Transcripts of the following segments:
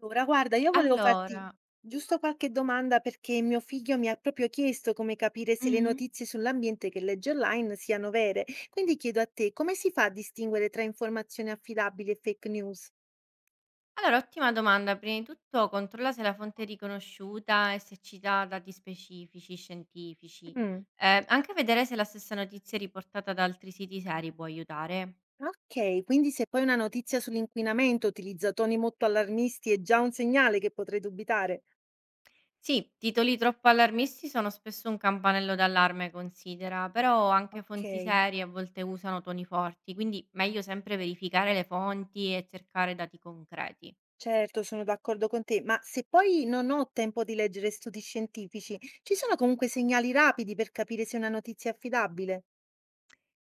Allora, guarda, io volevo farti Allora. giusto qualche domanda perché mio figlio mi ha proprio chiesto come capire se le Mh-mh. notizie sull'ambiente che legge online siano vere. Quindi chiedo a te, come si fa a distinguere tra informazioni affidabili e fake news? Allora, ottima domanda. Prima di tutto controlla se la fonte è riconosciuta e se cita dati specifici, scientifici. Mm. Anche vedere se la stessa notizia è riportata da altri siti seri può aiutare. Ok, quindi se poi una notizia sull'inquinamento utilizza toni molto allarmisti è già un segnale che potrei dubitare. Sì, titoli troppo allarmisti sono spesso un campanello d'allarme, considera, però anche Ok, fonti serie a volte usano toni forti, quindi meglio sempre verificare le fonti e cercare dati concreti. certo, sono d'accordo con te, ma se poi non ho tempo di leggere studi scientifici, ci sono comunque segnali rapidi per capire se una notizia è affidabile?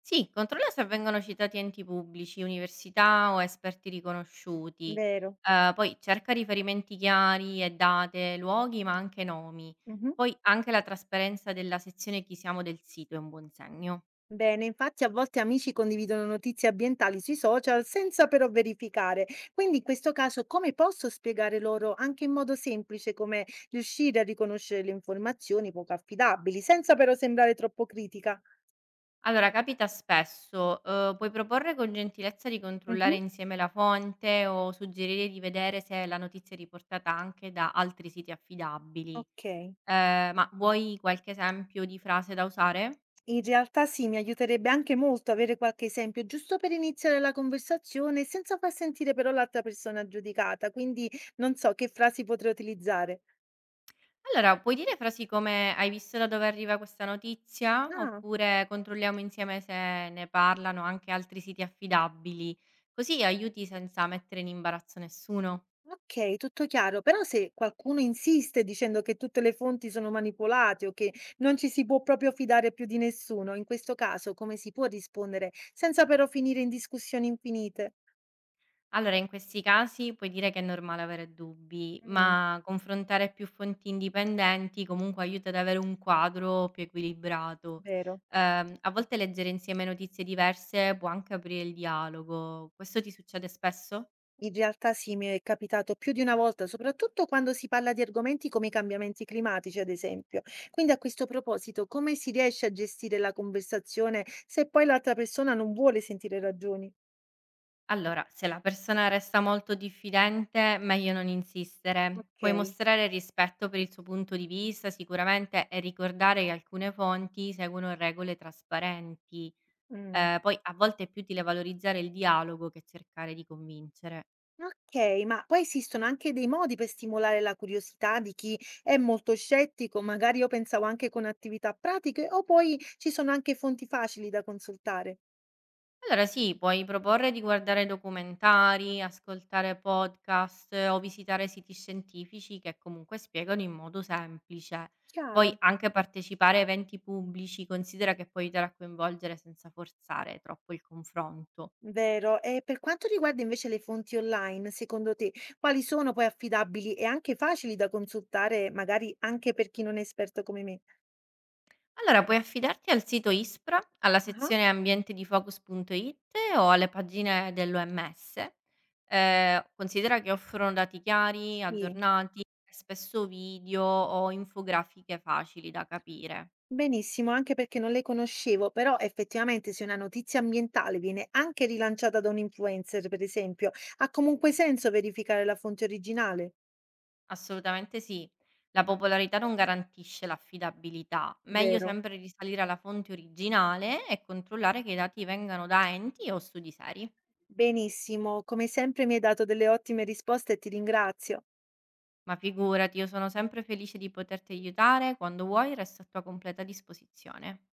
Sì, controlla se vengono citati enti pubblici, università o esperti riconosciuti. Vero. Poi cerca riferimenti chiari e date, luoghi, ma anche nomi. Mh-mh. Poi anche la trasparenza della sezione "Chi siamo" del sito è un buon segno. Bene, infatti a volte amici condividono notizie ambientali sui social senza però verificare. Quindi in questo caso come posso spiegare loro anche in modo semplice come riuscire a riconoscere le informazioni poco affidabili, senza però sembrare troppo critica? Allora, capita spesso, puoi proporre con gentilezza di controllare Mh-mh. insieme la fonte o suggerire di vedere se la notizia è riportata anche da altri siti affidabili. Ok. Ma vuoi qualche esempio di frase da usare? In realtà sì, mi aiuterebbe anche molto avere qualche esempio, giusto per iniziare la conversazione senza far sentire però l'altra persona giudicata. Quindi non so che frasi potrei utilizzare. Allora, puoi dire frasi come: "Hai visto da dove arriva questa notizia?" Ah. Oppure: "Controlliamo insieme se ne parlano anche altri siti affidabili." Così aiuti senza mettere in imbarazzo nessuno. Okay, tutto chiaro, però se qualcuno insiste dicendo che tutte le fonti sono manipolate o che non ci si può proprio fidare più di nessuno, in questo caso come si può rispondere senza però finire in discussioni infinite? Allora, in questi casi puoi dire che è normale avere dubbi, Mm. ma confrontare più fonti indipendenti comunque aiuta ad avere un quadro più equilibrato. Vero. A volte leggere insieme notizie diverse può anche aprire il dialogo. Questo ti succede spesso? In realtà sì, mi è capitato più di una volta, soprattutto quando si parla di argomenti come i cambiamenti climatici, ad esempio. Quindi a questo proposito, come si riesce a gestire la conversazione se poi l'altra persona non vuole sentire ragioni? Allora, se la persona resta molto diffidente, meglio non insistere. Puoi Ok. mostrare rispetto per il suo punto di vista sicuramente e ricordare che alcune fonti seguono regole trasparenti. Mm. Poi a volte è più utile valorizzare il dialogo che cercare di convincere. Okay, ma poi esistono anche dei modi per stimolare la curiosità di chi è molto scettico, magari io pensavo anche con attività pratiche, o poi ci sono anche fonti facili da consultare? Allora sì, puoi proporre di guardare documentari, ascoltare podcast, o visitare siti scientifici che comunque spiegano in modo semplice. Puoi Chiaro, anche partecipare a eventi pubblici, considera che può aiutare a coinvolgere senza forzare troppo il confronto. vero. E per quanto riguarda invece le fonti online, secondo te, quali sono poi affidabili e anche facili da consultare, magari anche per chi non è esperto come me? Allora, puoi affidarti al sito ISPRA, alla Ah-ah, sezione ambientedifocus.it o alle pagine dell'OMS. Considera che offrono dati chiari, sì. aggiornati, e spesso video o infografiche facili da capire. Benissimo, anche perché non le conoscevo, però effettivamente se una notizia ambientale viene anche rilanciata da un influencer, per esempio, ha comunque senso verificare la fonte originale, Assolutamente sì. La popolarità non garantisce l'affidabilità. Meglio vero? sempre risalire alla fonte originale e controllare che i dati vengano da enti o studi seri. Benissimo, come sempre mi hai dato delle ottime risposte e ti ringrazio. Ma figurati, io sono sempre felice di poterti aiutare, quando vuoi resto a tua completa disposizione.